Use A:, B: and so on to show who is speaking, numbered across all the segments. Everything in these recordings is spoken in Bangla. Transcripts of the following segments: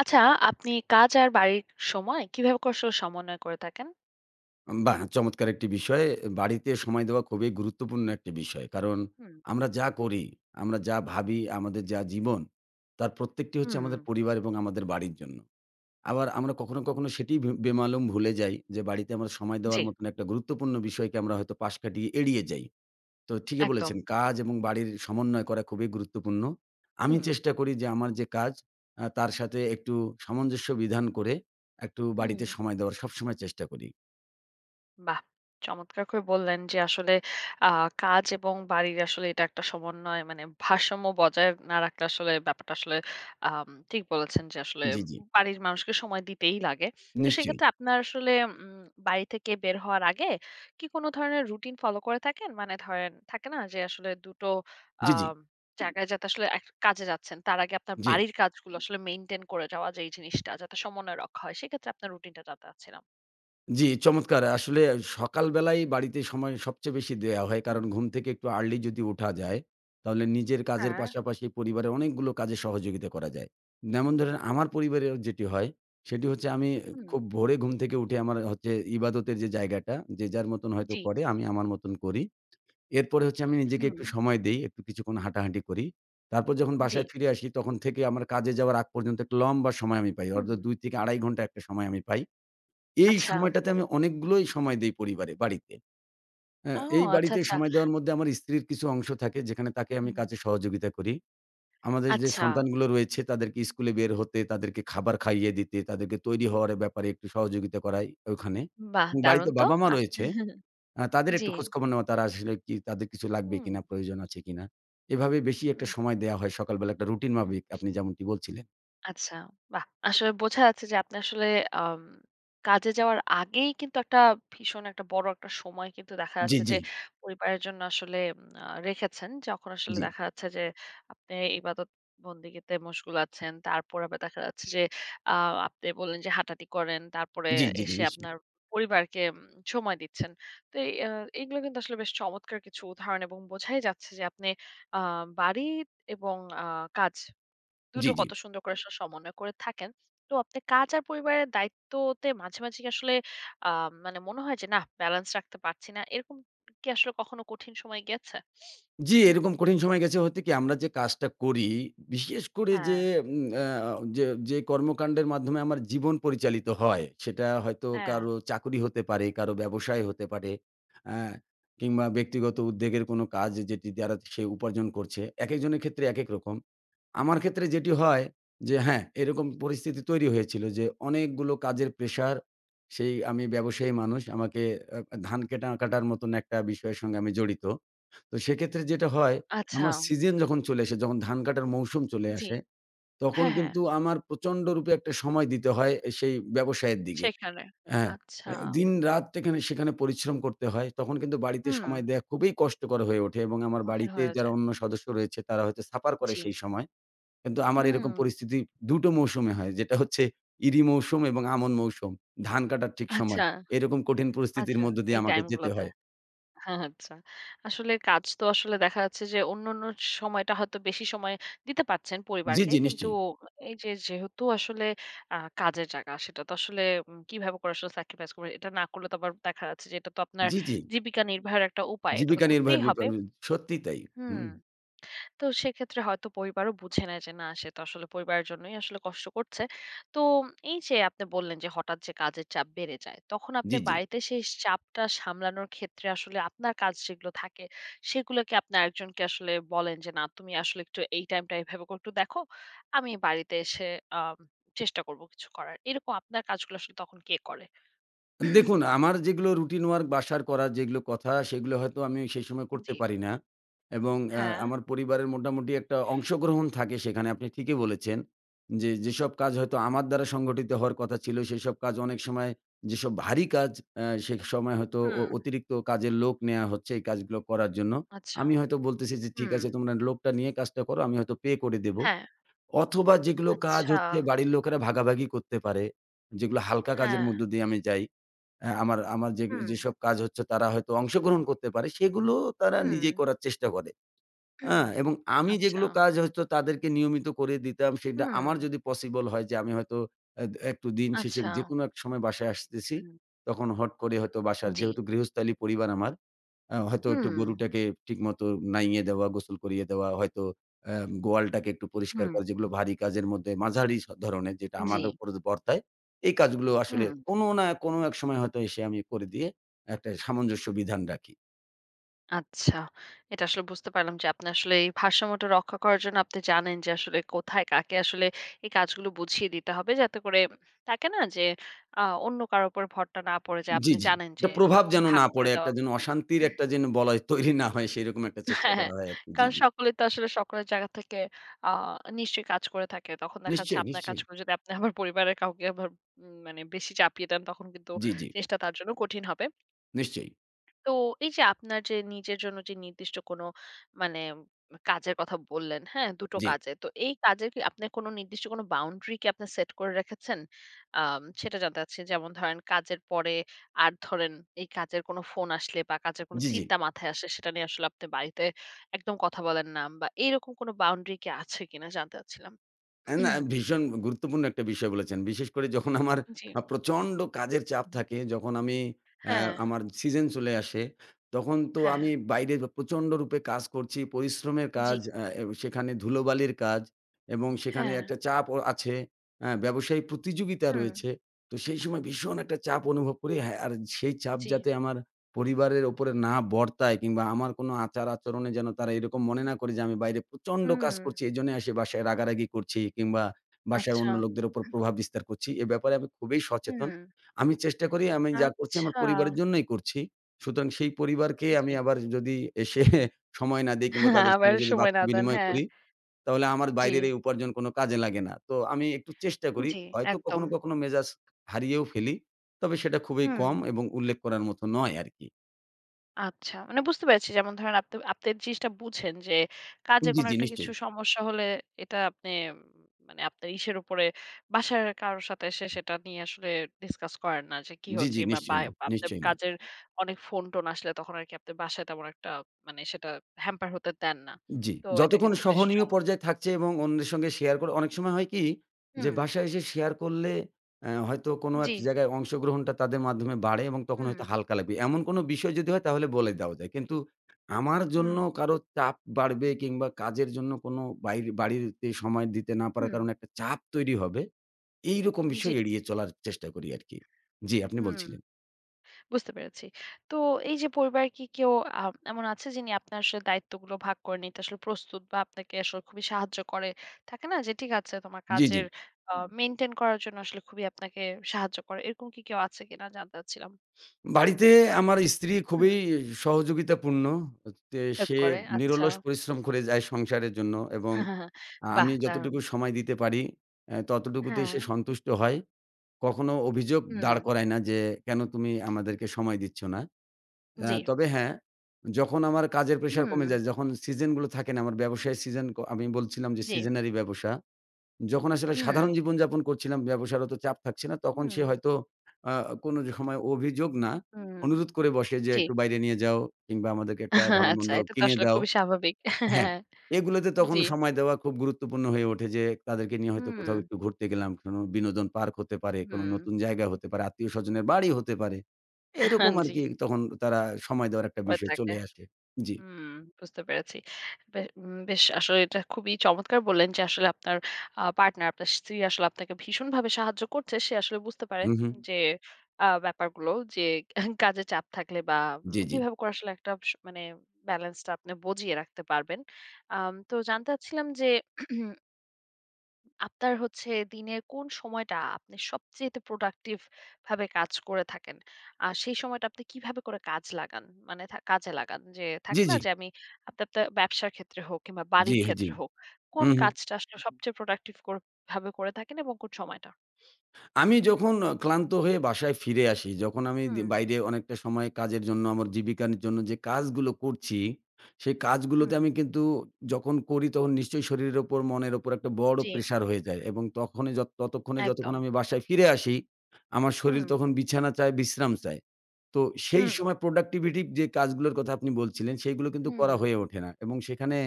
A: আচ্ছা, আপনি কাজ আর বাড়ির সময় কিভাবে করে আসলে সমন্বয় করে থাকেন?
B: বাহ! চমৎকার একটি বিষয়। বাড়িতে সময় দেওয়া খুবই গুরুত্বপূর্ণ একটি বিষয়। কারণ
A: হুম,
B: আমরা যা করি, আমরা যা ভাবি, আমাদের যা জীবন, তার প্রত্যেকটি হচ্ছে
A: হুম।
B: আমাদের পরিবার এবং আমাদের বাড়ির জন্য। আবার আমরা কখনো, কখনো সেটিই বেমালুম ভুলে যাই যে বাড়িতে আমরা সময়
A: জি,
B: দেওয়ার মতন একটা গুরুত্বপূর্ণ বিষয়কে আমরা হয়তো পাশ কাটিয়ে এড়িয়ে যাই। তো ঠিকই
A: একদম।
B: বলেছেন, কাজ এবং বাড়ির সমন্বয় করা খুবই গুরুত্বপূর্ণ। আমি
A: হুম,
B: চেষ্টা করি যে আমার যে কাজ তার সাথে একটু সামঞ্জস্য বিধান করে একটু বাড়িতে
A: হুম।
B: সময় দেওয়ার সবসময় চেষ্টা করি।
A: বাহ! চমৎকার করে বললেন যে আসলে আ কাজ এবং বাড়ির আসলে এটা একটা সমন্বয় মানে ভারসাম্য বজায় না রাখলে আসলে ব্যাপারটা আসলে ঠিক বলেছেন যে আসলে
B: জি, জি।
A: বাড়ির মানুষকে সময় দিতেই লাগে। তো
B: নিশ্চয়ই।
A: সেক্ষেত্রে আপনার আসলে বাড়ি থেকে বের হওয়ার আগে কি কোনো ধরনের রুটিন ফলো করে থাকেন? মানে ধরেন থাকে না যে আসলে ২ টো
B: জি, জি,
A: আম জায়গায় যাতে আসলে এক কাজে যাচ্ছেন তার আগে আপনার
B: জি,
A: বাড়ির কাজগুলো আসলে মেইনটেইন করে যাওয়া, যে এই জিনিসটা যাতে সমন্বয় রক্ষা হয়, সেক্ষেত্রে আপনার রুটিনটা জানতে চাচ্ছিলাম।
B: জি, চমৎকার। আসলে সকাল বেলায় বাড়িতে সময় সবচেয়ে বেশি দেয়া হয়। কারণ
A: হুম,
B: ঘুম থেকে একটু আর্লি যদি ওঠা যায়, তাহলে নিজের কাজের
A: হ্যাঁ,
B: পাশাপাশি পরিবারের অনেকগুলো কাজে সহযোগিতা করা যায়। যেমন
A: হুম।
B: ধরেন আমার পরিবারেও যেটি হয়, সেটি হচ্ছে আমি
A: হুম,
B: খুব ভোরে ঘুম থেকে উঠে আমার হচ্ছে ইবাদতের যে জায়গাটা, যে যার মতন হয়তো
A: জি,
B: করে, আমি আমার মতন করি। এরপরে হচ্ছে আমি নিজেকে
A: হুম,
B: একটু সময় দেই, একটু কিছুক্ষণ হাঁটাহাঁটি করি। তারপর যখন
A: জি।
B: বাসায় ফিরে আসি তখন থেকে আমার কাজে যাওয়ার আগ পর্যন্ত একটা লম্বা সময় আমি পাই। অর্থাৎ
A: হুম,
B: ২ থেকে ২.৫ ঘন্টা একটা সময় আমি পাই। এই
A: আচ্ছা।
B: সময়টাতে আমি অনেকগুলোই সময় দেই পরিবারে, বাড়িতে।
A: ও
B: হ্যাঁ, এই
A: আচ্ছা,
B: বাড়িতে
A: আচ্ছা।
B: সময় দেওয়ার মধ্যে আমার স্ত্রীর কিছু অংশ থাকে যেখানে তাকে আমি
A: হুম।
B: কাজে সহযোগিতা করি। আমাদের যে
A: আচ্ছা,
B: সন্তানগুলো রয়েছে তাদেরকে স্কুলে বের হতে, তাদেরকে খাবার খাইয়ে দিতে, তাদেরকে তৈরি হওয়ার ব্যাপারে একটু সহযোগিতা করাই ওখানে।
A: বাহ!
B: এবং বাড়িতে
A: দারুণ তো।
B: বাবা-মা
A: আ
B: রয়েছে। তাদের একটু
A: জি।
B: খোঁজখবর নেওয়া তারা আসলে কি তাদের কিছু লাগবে
A: হুম,
B: কিনা, প্রয়োজন আছে কিনা। এভাবে বেশি একটা
A: হুম।
B: সময় দেয়া হয় সকালবেলা একটা রুটিন মাফিক আপনি যেমনটি বলছিলেন।
A: আচ্ছা, বাহ! আসলে বোঝা যাচ্ছে যে আপনি আসলে আম কাজে যাওয়ার আগেই কিন্তু একটা ভীষণ একটা বড় একটা সময় কিন্তু দেখা
B: জি,
A: যাচ্ছে
B: জি,
A: যে পরিবারের জন্য আসলে উম আ রেখেছেন। যখন আসলে
B: জি,
A: দেখা যাচ্ছে যে আপনি ইবাদত বন্দেগীতে মশগুল আছেন। তারপরে আবার দেখা যাচ্ছে যে আ আপনি বললেন যে হাঁটাহাঁটি করেন। তারপরে
B: জি,
A: এসে
B: নিশ্চয়ই।
A: আপনার পরিবারকে সময় দিচ্ছেন। তো এই এগুলো কিন্তু আসলে বেশ চমৎকার কিছু উদাহরণ, এবং বোঝাই যাচ্ছে যে আপনি আ বাড়ি এবং আ কাজ
B: জি,
A: দুটো
B: জি।
A: কত সুন্দর করে আসলে সমন্বয় করে থাকেন। তো আপনি কাজ আর পরিবারের দায়িত্বতে মাঝে, মাঝে কি আসলে আ মানে মনে হয় যে নাহ ব্যালেন্স রাখতে পারছি না। এরকম কি আসলে কখনো কঠিন সময় গেছে?
B: জি, এরকম কঠিন সময় গেছে হতে কি আমরা যে কাজটা করি, বিশেষ করে যে
A: হ্যাঁ,
B: উম আ যে যে কর্মকাণ্ডের মাধ্যমে আমার জীবন পরিচালিত হয়, সেটা হয়তো
A: হ্যাঁ।
B: কারো চাকরি হতে পারে, কারো ব্যবসায় হতে পারে, আ কিংবা ব্যক্তিগত উদ্যোগের কোনো কাজ যেটি দ্বারা সে উপার্জন করছে। একেকজনের ক্ষেত্রে একেক রকম। আমার ক্ষেত্রে যেটি হয় যে হ্যাঁ, এরকম পরিস্থিতি তৈরি হয়েছিল যে অনেকগুলো কাজের প্রেশার। সেই আমি ব্যবসায়ী মানুষ। আমাকে আ ধান কাটার মতন একটা বিষয়ের সঙ্গে আমি জড়িত। তো সেক্ষেত্রে যেটা হয়,
A: আচ্ছা।
B: আমার সিজন যখন চলে আসে, যখন ধান কাটার মৌসুম চলে
A: জি।
B: আসে, তখন
A: হ্যাঁ, হ্যাঁ।
B: কিন্তু আমার প্রচন্ডরূপে একটা সময় দিতে হয় এ সেই ব্যবসায়ের দিকে।
A: সেখানে।
B: হ্যাঁ,
A: আচ্ছা।
B: দিনরাত এখানে সেখানে পরিশ্রম করতে হয়। তখন কিন্তু বাড়িতে
A: হুম।
B: সময় দেয়া খুবই কষ্টকর হয়ে ওঠে এবং আমার
A: কঠিন
B: বাড়িতে
A: হয়ে
B: যারা
A: যায়।
B: অন্য সদস্য রয়েছে তারা হয়তো সাফার করে
A: জি।
B: সেই সময়। কিন্তু আমার
A: হুম।
B: এরকম পরিস্থিতি ২ টো মৌসুমে হয়। যেটা হচ্ছে ইরি মৌসুম এবং আমন মৌসুম। ধান কাটার ঠিক সময়।
A: আচ্ছা,
B: এরকম কঠিন পরিস্থিতির
A: আচ্ছা।
B: মধ্য দিয়ে
A: এই
B: আমাকে যেতে
A: টাইমগুলোতে।
B: হয়।
A: আচ্ছা। আসলে কাজ তো আসলে দেখা যাচ্ছে যে অন্যান্য সময়টা হয়তো বেশি সময় দিতে পারছেন
B: জি,
A: পরিবারকে।
B: জি
A: কিন্তু
B: নিশ্চয়ই।
A: এই যে যেহেতু আসলে কাজের জায়গা সেটা তো আসলে কিভাবে করে আসলে স্যাক্রিফাইস করবেন? এটা না করলে তো আবার দেখা যাচ্ছে যে এটা তো আপনার
B: জি, জি।
A: জীবিকা নির্বাহের একটা উপায়। এটা তো
B: জীবিকা
A: করতেই
B: নির্বাহের
A: হবে।
B: বিপদ সত্যিই তাই।
A: হুম।
B: হুম,
A: তো সেক্ষেত্রে হয়তো পরিবারও বুঝে নেয় যে না, সে তো আসলে পরিবারের জন্যই আসলে কষ্ট করছে। তো এই যে আপনি বললেন যে হঠাৎ যে কাজের চাপ বেড়ে যায়, তখন আপনি
B: জি, জি।
A: বাড়িতে সেই চাপটা সামলানোর ক্ষেত্রে আসলে আপনার কাজ যেগুলো থাকে সেগুলোকে আপনি আরেকজনকে আসলে বলেন যে, না তুমি আসলে একটু এই টাইমটা এভাবে করে একটু দেখো। আমি বাড়িতে এসে আম চেষ্টা করব কিছু করার। এরকম আপনার কাজগুলো আসলে তখন কে করে?
B: দেখুন আমার যেগুলো রুটিন ওয়ার্ক বাসার করা যেগুলো কথা সেগুলো হয়তো আমি সেই সময় করতে
A: জি।
B: পারি না এবং
A: হ্যাঁ।
B: আমার পরিবারের মোটামুটি একটা অংশগ্রহণ থাকে সেখানে। আপনি ঠিকই বলেছেন যে, যেসব কাজ হয়তো আমার দ্বারা সংগঠিত হওয়ার কথা ছিল সেসব কাজ অনেক সময় যেসব ভারী কাজ সে সময় হয়তো
A: হুম।
B: অতিরিক্ত কাজের লোক নেয়া হচ্ছে এই কাজগুলো করার জন্য।
A: আচ্ছা।
B: আমি হয়তো বলতেছি যে, "ঠিক
A: হুম।
B: আছে তোমরা লোকটা নিয়ে কাজটা করো আমি হয়তো পে করে দেব।"
A: হ্যাঁ।
B: অথবা যেগুলো কাজ
A: আচ্ছা।
B: হচ্ছে বাড়ির লোকেরা ভাগাভাগি করতে পারে। যেগুলো হালকা কাজের
A: হ্যাঁ।
B: মধ্য দিয়ে আমি যাই। অ্যা আমার আমার যে
A: হুম।
B: যেসব কাজ হচ্ছে তারা হয়তো অংশগ্রহণ করতে পারে, সেগুলো তারা
A: হুম।
B: নিজেই করার চেষ্টা করে। হ্যাঁ? এবং আমি
A: আচ্ছা।
B: যেগুলো কাজ হয়তো তাদেরকে নিয়মিত করে দিতাম, সেটা
A: হুম,
B: আমার যদি পসিবল হয় যে আমি হয়তো একটু দিন শেষে
A: আচ্ছা।
B: যেকোনো এক সময় বাসায় আসতেছি,
A: হুম,
B: তখন হট করে হয়তো বাসার
A: জি।
B: যেহেতু গৃহস্থালী পরিবার আমার হয়তো একটু
A: হুম,
B: গরুটাকে ঠিকমতো নাইয়ে দেওয়া, গোসল করিয়ে দেওয়া, হয়তো আ গোয়ালটাকে একটু পরিষ্কার
A: হুম,
B: করা, যেগুলো ভারী কাজের মধ্যে মাঝারি ধরনের যেটা আমার
A: জি,
B: উপর বর্তায়। এই কাজগুলো আসলে
A: হুম।
B: কোনো না কোনো এক সময় হয়তো এসে আমি করে দিয়ে একটা সামঞ্জস্য বিধান রাখি।
A: আচ্ছা। এটা আসলে বুঝতে পারলাম যে আপনি আসলে এই ভারসাম্যটা রক্ষা করার জন্য আপনি জানেন যে আসলে কোথায় কাকে আসলে এই কাজগুলো বুঝিয়ে দিতে হবে যাতে করে থাকে না যে অন্য কারো উপর ভরটা না পড়ে যায়।
B: জি,
A: আপনি
B: জি।
A: জানেন যে
B: একটা প্রভাব যেন
A: ভাগ
B: না
A: করে
B: পড়ে, একটা
A: দেওয়া
B: যেন অশান্তির একটা যেন বলয় তৈরি না হয় সেরকম একটা চেষ্টা
A: হ্যাঁ,
B: করা
A: হ্যাঁ।
B: হয় আরকি। জি,
A: কারণ
B: জি।
A: সকলে তো আসলে সকলের জায়গা থেকে আ নিশ্চয়ই কাজ করে থাকে। তখন দেখা যাচ্ছে
B: নিশ্চয়ই,
A: আপনার কাজ
B: নিশ্চয়ই।
A: করে যদি আপনি আবার পরিবারের কাউকে আবার মানে বেশি চাপিয়ে দেন তখন কিন্তু
B: জি, জি।
A: জিনিসটা তার জন্য কঠিন হবে।
B: নিশ্চয়ই।
A: তো এই যে আপনার যে নিজের জন্য যে নির্দিষ্ট কোনো মানে কাজের কথা বললেন, হ্যাঁ? ২ টো
B: জি।
A: কাজে। তো এই কাজের কি আপনার কোনো নির্দিষ্ট কোনো বাউন্ডারি কি আপনার সেট করে রেখেছেন? সেটা জানতে চাচ্ছি। যেমন ধরেন কাজের পরে আর ধরেন এই কাজের কোনো ফোন আসলে বা কাজের কোনো
B: জি, জি।
A: চিন্তা মাথায় আসলে সেটা নিয়ে আসলে আপনি বাড়িতে একদম কথা বলেন না, বা এরকম কোনো বাউন্ডারি কি আছে কিনা জানতে চাচ্ছিলাম?
B: না ভীষণ গুরুত্বপূর্ণ একটা বিষয় বলেছেন। বিশেষ করে যখন আমার
A: জি।
B: প্রচন্ড কাজের চাপ থাকে, যখন আমি অ্যা
A: হ্যাঁ,
B: আমার সিজন চলে আসে, তখন তো
A: হ্যাঁ।
B: আমি বাইরে প্রচন্ড রূপে কাজ করছি, পরিশ্রমের
A: জি।
B: কাজ, এ সেখানে ধুলোবালির কাজ এবং সেখানে
A: হ্যাঁ।
B: একটা চাপও আছে। ব্যবসায়ী প্রতিযোগিতা
A: হুম।
B: রয়েছে। তো সেই সময় ভীষণ একটা চাপ অনুভব করি। হ্যাঁ, আর সেই চাপ
A: জি।
B: যাতে আমার পরিবারের উপরে না বর্তায় কিংবা আমার কোনো আচার-আচরণে যেন তারা এরকম মনে না করে যে আমি বাইরে প্রচন্ড
A: হুম।
B: কাজ করছি। এজন্যই আসে বাসায় রাগারাগি করছি কিংবা বাসায়
A: আচ্ছা।
B: অন্য লোকদের উপর প্রভাব বিস্তার করছি। এ ব্যাপারে আমি খুবই সচেতন।
A: হুম।
B: আমি চেষ্টা করি আমি যা করছি আমার
A: আচ্ছা।
B: পরিবারের জন্যই করছি। সুতরাং সেই পরিবারকে আমি
A: জি।
B: আবার যদি এসে সময় না দেই কিংবা তাদের
A: আবার
B: সঙ্গে যদি
A: সময়
B: বাক্য
A: না দেন।
B: বিনিময়
A: হ্যাঁ।
B: করি, তাহলে আমার
A: জি,
B: বাইরের এই উপার্জন কোনো কাজে লাগে না। তো আমি একটু চেষ্টা করি।
A: জি,
B: হয়তো
A: একদম।
B: কখনো, কখনো মেজাজ হারিয়েও ফেলি। তবে সেটা খুবই
A: হুম।
B: কম এবং উল্লেখ করার মতো নয় আরকি।
A: আচ্ছা। মানে বুঝতে পেরেছি, যেমন ধরেন আপনি আপনি জিনিসটা বুঝেন যে কাজে
B: জি,
A: কোনো
B: জি,
A: একটা কিছু
B: নিশ্চয়ই।
A: সমস্যা হলে এটা আপনি উম, মানে আপনার ইসের উপরে বাসার কারো সাথে এসে সেটা নিয়ে আসলে ডিসকাস করেন না যে কি
B: জি,
A: হচ্ছে,
B: জি,
A: কিংবা বা
B: নিশ্চয়ই না,
A: বা আপনার
B: নিশ্চয়ই না।
A: কাজের অনেক ফোন-টোন আসলে তখন আরকি আপনার বাসায় তেমন একটা মানে সেটা হ্যাম্পার হতে দেন না।
B: জি,
A: তো এটা
B: যতক্ষণ
A: কিন্তু বেশ
B: সহনীয়
A: চমৎকার।
B: পর্যায়ে থাকছে এবং অন্যের সঙ্গে শেয়ার করে অনেক সময় হয় কি যে
A: হুম।
B: বাসায় এসে শেয়ার করলে হয়তো কোনো এক
A: জি।
B: জায়গায় অংশগ্রহণটা তাদের মাধ্যমে বাড়ে এবং তখন
A: হুম,
B: হয়তো হালকা লাগবে। এমন কোনো বিষয় যদি হয় তাহলে বলে দেওয়া যায়। কিন্তু আমার জন্য
A: হুম,
B: কারো চাপ বাড়বে কিংবা কাজের জন্য কোনো বাইরে বাড়িতে সময় দিতে না পারার
A: হুম।
B: কারণে একটা চাপ তৈরি হবে। এইরকম
A: জি।
B: বিষয় এড়িয়ে চলার চেষ্টা করি আরকি। জি, আপনি
A: হুম,
B: বলছিলেন।
A: বুঝতে পেরেছি। তো এই যে পরিবারে কি কেউ আ এমন আছে যিনি আপনার আসলে দায়িত্বগুলো ভাগ করে নিতে আসলে প্রস্তুত, বা আপনাকে আসলে খুবই সাহায্য করে? থাকে না যে ঠিক আছে তোমার
B: জি, জি।
A: কাজের আ মেইনটেইন করার জন্য আসলে খুবই আপনাকে সাহায্য করে। এরকম কি কেউ আছে কিনা জানতে চাচ্ছিলাম?
B: বাড়িতে আমার স্ত্রী খুবই
A: হুম,
B: সহযোগিতাপূর্ণ। তে
A: হেল্প
B: সে
A: করে। আচ্ছা।
B: নিরলস পরিশ্রম করে যায় সংসারের জন্য এবং আমি
A: বাহ! দারুণ।
B: যতটুকু সময় দিতে পারি ততটুকুতেই
A: হ্যাঁ,
B: সে সন্তুষ্ট হয়। কখনো অভিযোগ
A: হুম,
B: দাঁড় করায় না যে, "কেন তুমি আমাদেরকে সময় দিচ্ছ না?"
A: জি,
B: তবে হ্যাঁ, যখন আমার কাজের প্রেশার
A: হুম,
B: কমে যায়, যখন সিজন গুলো থাকে না, আমার ব্যবসায়ের সিজন আমি বলছিলাম যে
A: জি,
B: সিজনারি ব্যবসা। যখন আসলে
A: হুম,
B: সাধারণ জীবনযাপন করছিলাম, ব্যবসার অত চাপ থাকছে না, তখন
A: হুম,
B: সে হয়তো আ কোনো যে সময় অভিযোগ না,
A: হুম,
B: অনুরোধ করে বসে যে,
A: জি।
B: "একটু বাইরে নিয়ে যাও কিংবা আমাদেরকে একটা
A: আচ্ছা,
B: ভালোমন্দ
A: এটা তো
B: কিনে
A: আসলে
B: দাও।"
A: খুবই স্বাভাবিক।
B: হ্যাঁ, এগুলোতে তখন
A: জি,
B: সময় দেওয়া খুব গুরুত্বপূর্ণ হয়ে ওঠে যে, তাদেরকে নিয়ে হয়তো
A: হুম,
B: কোথাও একটু ঘুরতে গেলাম, কোনো বিনোদন পার্ক হতে পারে, কোনো
A: হুম,
B: নতুন জায়গা হতে পারে, আত্মীয়স্বজনের বাড়ি হতে পারে। এরকম
A: জি।
B: আরকি তখন তারা সময় দেওয়ার একটা
A: হয়ে
B: বিষয়
A: থাকে।
B: চলে আসে। জি।
A: হুম, বুঝতে পেরেছি। বে উম বেশ আসলে এটা খুবই চমৎকার বললেন যে আসলে আপনার পার্টনার, আপনার স্ত্রী আসলে আপনাকে ভীষণভাবে সাহায্য করছে। সে আসলে বুঝতে পারে
B: হু, হু।
A: যে ব্যাপারগুলো যে কাজে চাপ থাকলে বা
B: জি, জি।
A: কিভাবে করে আসলে একটা মানে ব্যালেন্সটা আপনি বজিয়ে রাখতে পারবেন। তো জানতে চাচ্ছিলাম যে আপনার হচ্ছে দিনের কোন সময়টা আপনি সবচেয়েতে প্রোডাক্টিভ ভাবে কাজ করে থাকেন? আর সেই সময়টা আপনি কিভাবে করে কাজ লাগান? মানে কাজে লাগান? যে থাকে
B: জি,
A: না
B: জি।
A: যে আমি আপনি আপনার ব্যবসার ক্ষেত্রে হোক কিংবা
B: জি,
A: বাড়ির
B: জি।
A: ক্ষেত্রে হোক,
B: হু,
A: কোন
B: হু।
A: কাজটা আসলে হুম। সবচেয়ে প্রোডাক্টিভ করে ভাবে করে থাকেন এবং কোন সময়টা?
B: আমি যখন ক্লান্ত হয়ে বাসায় ফিরে আসি, যখন আমি
A: হুম,
B: বাইরে অনেকটা সময় কাজের জন্য আমার জীবিকার জন্য যে কাজগুলো করছি, সেই কাজগুলোতে
A: হুম।
B: আমি কিন্তু যখন করি তখন নিশ্চয়ই শরীরের উপর, মনের উপর একটা বড়
A: জি,
B: প্রেশার হয়ে যায় এবং তখনই ততক্ষণে যতক্ষণ
A: একদম।
B: আমি বাসায় ফিরে আসি, আমার শরীর
A: হুম,
B: তখন বিছানা চায়, বিশ্রাম চায়। তো সেই
A: হুম,
B: সময় প্রোডাক্টিভিটি যে কাজগুলোর কথা আপনি বলছিলেন, সেইগুলো কিন্তু
A: হুম,
B: করা হয়ে ওঠে না এবং সেখানে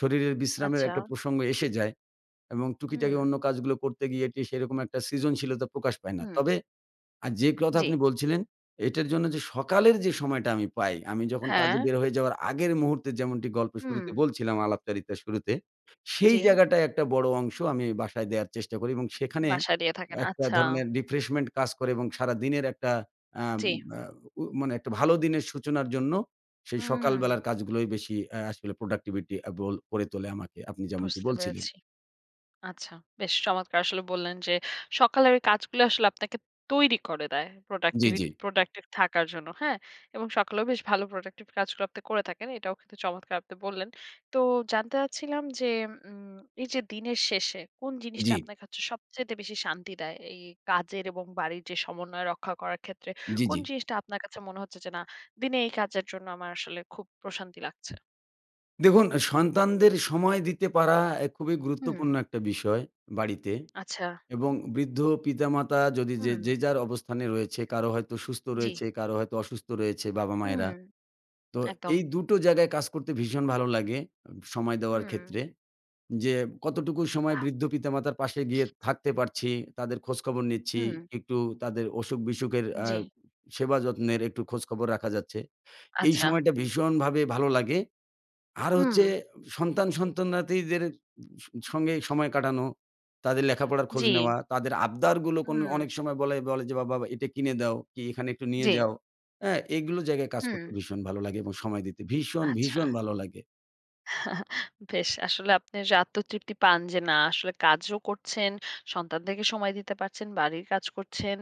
B: শরীরের বিশ্রামের
A: আচ্ছা।
B: একটা প্রসঙ্গ এসে যায়। এবং টুকিটাকি
A: হুম,
B: অন্য কাজগুলো করতে গিয়ে এটি সেরকম একটা সৃজনশীলতা প্রকাশ পায় না।
A: হুম,
B: তবে আর যে কথা
A: জি,
B: আপনি বলছিলেন, এটার জন্য যে সকালের যে সময়টা আমি পাই, আমি যখন কাজে
A: হ্যাঁ,
B: বের হয়ে যাওয়ার আগের মুহূর্তে যেমনটি গল্পের
A: হুম,
B: শুরুতে বলছিলাম, আলাপচারিতার শুরুতে, সেই
A: জি,
B: জায়গাটায় একটা বড় অংশ আমি বাসায় দেয়ার চেষ্টা করি এবং সেখানে
A: বাসায় দিয়ে থাকেন।
B: একটা
A: আচ্ছা,
B: ধরনের রিফ্রেশমেন্ট কাজ করে এবং সারাদিনের একটা আম
A: জি,
B: আ উ মানে একটা ভালো দিনের সূচনার জন্য সেই
A: হুম,
B: সকালবেলার কাজগুলোই বেশি আসলে প্রোডাক্টিভিটি বল করে তোলে আমাকে। আপনি যেমনটি
A: বুঝতে
B: বলছিলেন।
A: পেরেছি। আচ্ছা, বেশ চমৎকার আসলে বললেন যে সকালের ওই কাজগুলো আসলে আপনাকে তৈরি করে দেয়
B: জি,
A: প্রোডাক্টিভি
B: জি।
A: প্রোডাক্টিভ থাকার জন্য, হ্যাঁ? এবং সকালেও বেশ ভালো প্রোডাক্টিভ কাজগুলো আপনি করে থাকেন। এটাও কিন্তু চমৎকার আপনি বললেন। তো জানতে চাচ্ছিলাম যে, এই যে দিনের শেষে কোন
B: জি,
A: জিনিসটা আপনার কাছে সবচাইতে বেশি শান্তি দেয়? এই কাজের এবং বাড়ির যে সমন্বয় রক্ষা করার ক্ষেত্রে
B: জি.
A: কোন জিনিসটা আপনার কাছে মনে হচ্ছে যে, না দিনে এই কাজের জন্য আমার আসলে খুব প্রশান্তি লাগছে?
B: দেখুন সন্তানদের সময় দিতে পারা এ খুবই
A: হুম,
B: গুরুত্বপূর্ণ একটা বিষয় বাড়িতে
A: আচ্ছা।
B: এবং বৃদ্ধ পিতামাতা যদি যে,
A: হুম,
B: যে যার অবস্থানে রয়েছে, কারো হয়তো সুস্থ
A: জি,
B: রয়েছে, কারো হয়তো অসুস্থ রয়েছে
A: হুম,
B: বাবা-মায়েরা। তো
A: একদম।
B: এই দুটো জায়গায় কাজ করতে ভীষণ ভালো লাগে সময় দেওয়ার
A: হুম,
B: ক্ষেত্রে। যে কতটুকু সময়
A: বাহ!
B: বৃদ্ধ পিতামাতার পাশে গিয়ে থাকতে পারছি, তাদের খোঁজখবর নিচ্ছি,
A: হুম,
B: একটু তাদের অসুখ-বিসুখের
A: জি,
B: সেবা যত্নের একটু খোঁজখবর রাখা যাচ্ছে। এই
A: আচ্ছা।
B: সময়টা ভীষণভাবে ভালো লাগে। আর
A: হুম,
B: হচ্ছে সন্তান-সন্তানাদিদের সঙ্গে সময় কাটানো, তাদের লেখাপড়ার খোঁজ
A: জি,
B: নেওয়া, তাদের আবদারগুলো কোন
A: হুম,
B: অনেক সময় বলে, বলে যে, "বাবা এটা কিনে দাও, কি এখানে একটু নিয়ে
A: জি,
B: যাও।" হ্যাঁ, এগুলো জায়গায় কাজ
A: হুম,
B: করতে ভীষণ ভালো লাগে এবং সময় দিতে ভীষণ,
A: আচ্ছা।
B: ভীষণ ভালো লাগে।
A: বেশ আসলে আপনি যে আত্মতৃপ্তি পান যে না আসলে কাজও করছেন, সন্তানদেরকে সময় দিতে পারছেন, বাড়ির কাজ করছেন,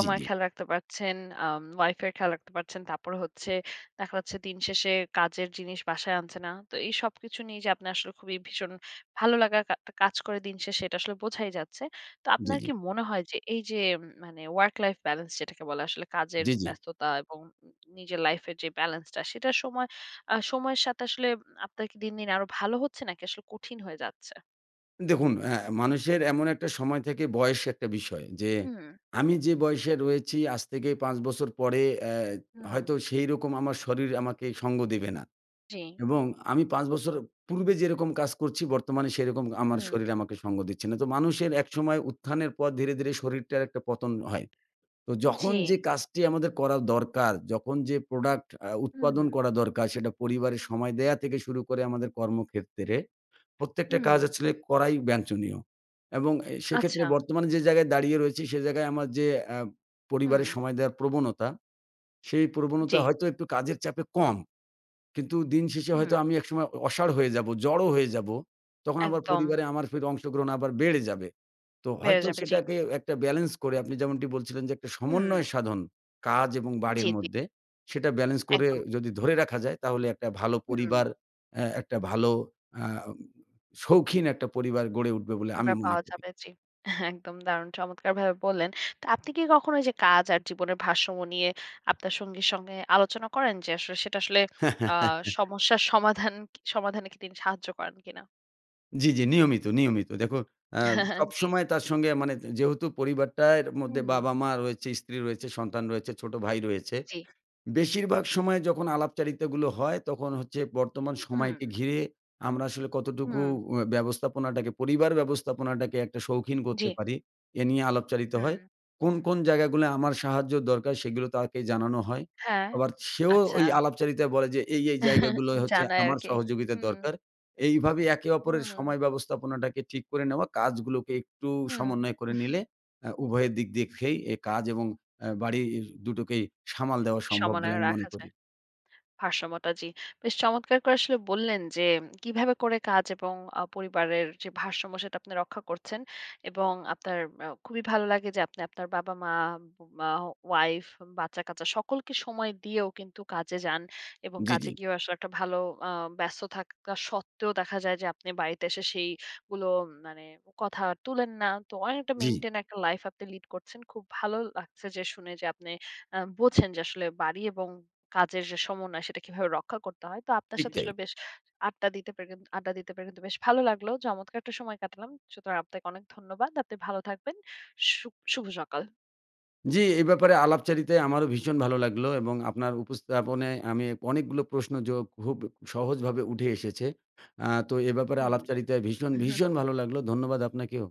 B: জি, জি,
A: খেয়াল রাখতে পারছেন, ওয়াইফের খেয়াল রাখতে পারছেন। তারপরে হচ্ছে দেখা যাচ্ছে দিন শেষে কাজের জিনিস বাসায় আনছে না। তো এই সবকিছু নিয়ে যে আপনার আসলে খুবই ভীষণ ভালো লাগা একটা কাজ করে দিন শেষে, এটা আসলে বোঝাই যাচ্ছে। তো
B: জি,
A: আপনার
B: জি,
A: কি মনে হয় যে এই যে মানে ওয়ার্ক লাইফ ব্যালেন্স যেটাকে বলে আসলে কাজের
B: জি.
A: ব্যস্ততা এবং নিজের লাইফ এর যে ব্যালেন্সটা সেটার সময় সময়ের সাথে আসলে আপনার কি দিন, দিন আরো ভালো হচ্ছে নাকি আসলে কঠিন হয়ে যাচ্ছে?
B: দেখুন মানুষের এমন একটা সময় থেকে বয়স একটা বিষয় যে,
A: হুম,
B: আমি যে বয়সে রয়েছি আজ থেকে ৫ বছর পরে
A: হুম,
B: হয়তো সেইরকম আমার শরীর আমাকে সঙ্গ দেবে না।
A: জি,
B: এবং আমি ৫ বছর পূর্বে যেরকম কাজ করছি বর্তমানে সেরকম আমার
A: হুম,
B: শরীর আমাকে সঙ্গ দিচ্ছে না। তো মানুষের একসময় উত্থানের পর ধীরে, ধীরে শরীরটার একটা পতন হয়। তো যখন
A: জি,
B: যে কাজটি আমাদের করা দরকার, যখন যে প্রোডাক্ট
A: হুম,
B: উৎপাদন করা দরকার সেটা পরিবারের সময় দেয়া থেকে শুরু করে আমাদের কর্মক্ষেত্রে প্রত্যেকটা
A: হুম,
B: কাজ আসলে করাই বাঞ্ছনীয়। এবং এ সেক্ষেত্রে
A: আচ্ছা।
B: বর্তমানে যে জায়গায় দাঁড়িয়ে রয়েছি সে জায়গায় আমার যে আ
A: হুম,
B: পরিবারের সময় দেওয়ার প্রবণতা, সেই প্রবণতা
A: জি,
B: হয়তো একটু কাজের চাপে কম। কিন্তু দিন শেষে হয়তো
A: হুম,
B: আমি একসময় অসাড় হয়ে যাব, জড়ো হয়ে যাব। তখন আবার
A: একদম
B: পরিবারে আমার ফের অংশগ্রহণ আবার বেড়ে যাবে। তো
A: বেড়ে
B: হয়তো
A: যাবে, জি।
B: সেটাকে একটা ব্যালেন্স করে আপনি যেমনটি বলছিলেন যে একটা
A: হুম,
B: সমন্বয় সাধন কাজ এবং
A: জি,
B: বাড়ির
A: জি,
B: মধ্যে, সেটা ব্যালেন্স করে
A: একদম।
B: যদি ধরে রাখা যায় তাহলে একটা ভালো
A: হুম,
B: পরিবার, একটা ভালো আ উম শৌখিন একটা পরিবার গড়ে উঠবে বলে আমি
A: ব্যাপার
B: মনে
A: পাওয়া
B: করি।
A: যাবে, জি। একদম দারুণ চমৎকারভাবে বললেন। তো আপনি কি কখনো এই যে কাজ আর জীবনের ভারসাম্য নিয়ে আপনার সঙ্গীর সঙ্গে আলোচনা করেন যে আসলে সেটা আসলে আ সমস্যার সমাধানে কি তিনি সাহায্য করেন কিনা?
B: জি, জি, নিয়মিত, নিয়মিত। দেখুন আ
A: জি।
B: সবসময় তার সঙ্গে মানে যেহেতু পরিবারটার মধ্যে
A: হুম,
B: বাবা-মা রয়েছে, স্ত্রী রয়েছে, সন্তান রয়েছে, ছোট ভাই রয়েছে।
A: জি।
B: বেশিরভাগ সময় যখন আলাপচারিতাগুলো হয়, তখন হচ্ছে বর্তমান
A: হুম,
B: সময়কে ঘিরে আমরা আসলে কতটুকু
A: হুম,
B: ব্যবস্থাপনাটাকে, পরিবার ব্যবস্থাপনাটাকে একটা শৌখিন
A: জি।
B: করতে পারি, এ নিয়ে আলাপচারিতা
A: হুম,
B: হয়। কোন, কোন জায়গাগুলো আমার সাহায্য দরকার সেগুলো তাকে জানানো হয়।
A: হ্যাঁ,
B: আবার সেও
A: আচ্ছা।
B: ওই আলাপচারিতায় বলে যে, "এই, এই জায়গাগুলো হচ্ছে
A: জানায়
B: আমার
A: আরকি।
B: সহযোগিতা
A: হুম,
B: দরকার।" এইভাবে একে অপরের
A: হুম,
B: সময় ব্যবস্থাপনাটাকে ঠিক করে নেওয়া, কাজগুলোকে একটু
A: হুম।
B: সমন্বয় করে নিলে উভয়ের দিক দেখেই এ কাজ এবং বাড়ি দুটোকেই সামাল দেওয়া সম্ভব বলে
A: সমন্বয়
B: আমি মনে
A: রাখা
B: করি।
A: যায়। ভারসাম্যটা জি। বেশ চমৎকার করে আসলে বললেন যে কিভাবে করে কাজ এবং পরিবারের যে ভারসাম্য সেটা আপনি রক্ষা করছেন, এবং আপনার খুবই ভালো লাগে যে আপনি আপনার বাবা-মা, মা, ওয়াইফ, বাচ্চা-কাচ্চা সকলকে সময় দিয়েও কিন্তু কাজে যান, এবং
B: জি, জি,
A: কাজে গিয়েও আসলে একটা ভালো আ ব্যস্ত থাকা সত্ত্বেও দেখা যায় যে আপনি বাড়িতে এসে সেইগুলো মানে কথা আর তুলেন না। তো অনেকটা
B: জি,
A: মেইনটেইন একটা লাইফ আপনি লিড করছেন। খুব ভালো লাগছে যে শুনে যে আপনি বোঝেন যে আসলে বাড়ি এবং কাজের যে সমন্বয় সেটা কিভাবে রক্ষা করতে হয়। তো আপনার
B: ঠিক
A: সাথে
B: তাই।
A: আসলে বেশ আড্ডা দিতে পেরে কিন্তু বেশ ভালো লাগলো। চমৎকার একটা সময় কাটালাম। সুতরাং আপনাকে অনেক ধন্যবাদ। আপনি ভালো থাকবেন। শু শুভ সকাল।
B: জি, এ ব্যাপারে আলাপচারিতায় আমারও ভীষণ ভালো লাগলো এবং আপনার উপস্থাপনায় আমি অনেকগুলো প্রশ্ন খুব সহজভাবে উঠে এসেছে। তো এ ব্যাপারে
A: হুম।
B: আলাপচারিতায় ভীষণ, ভীষণ ভালো লাগলো। ধন্যবাদ আপনাকেও।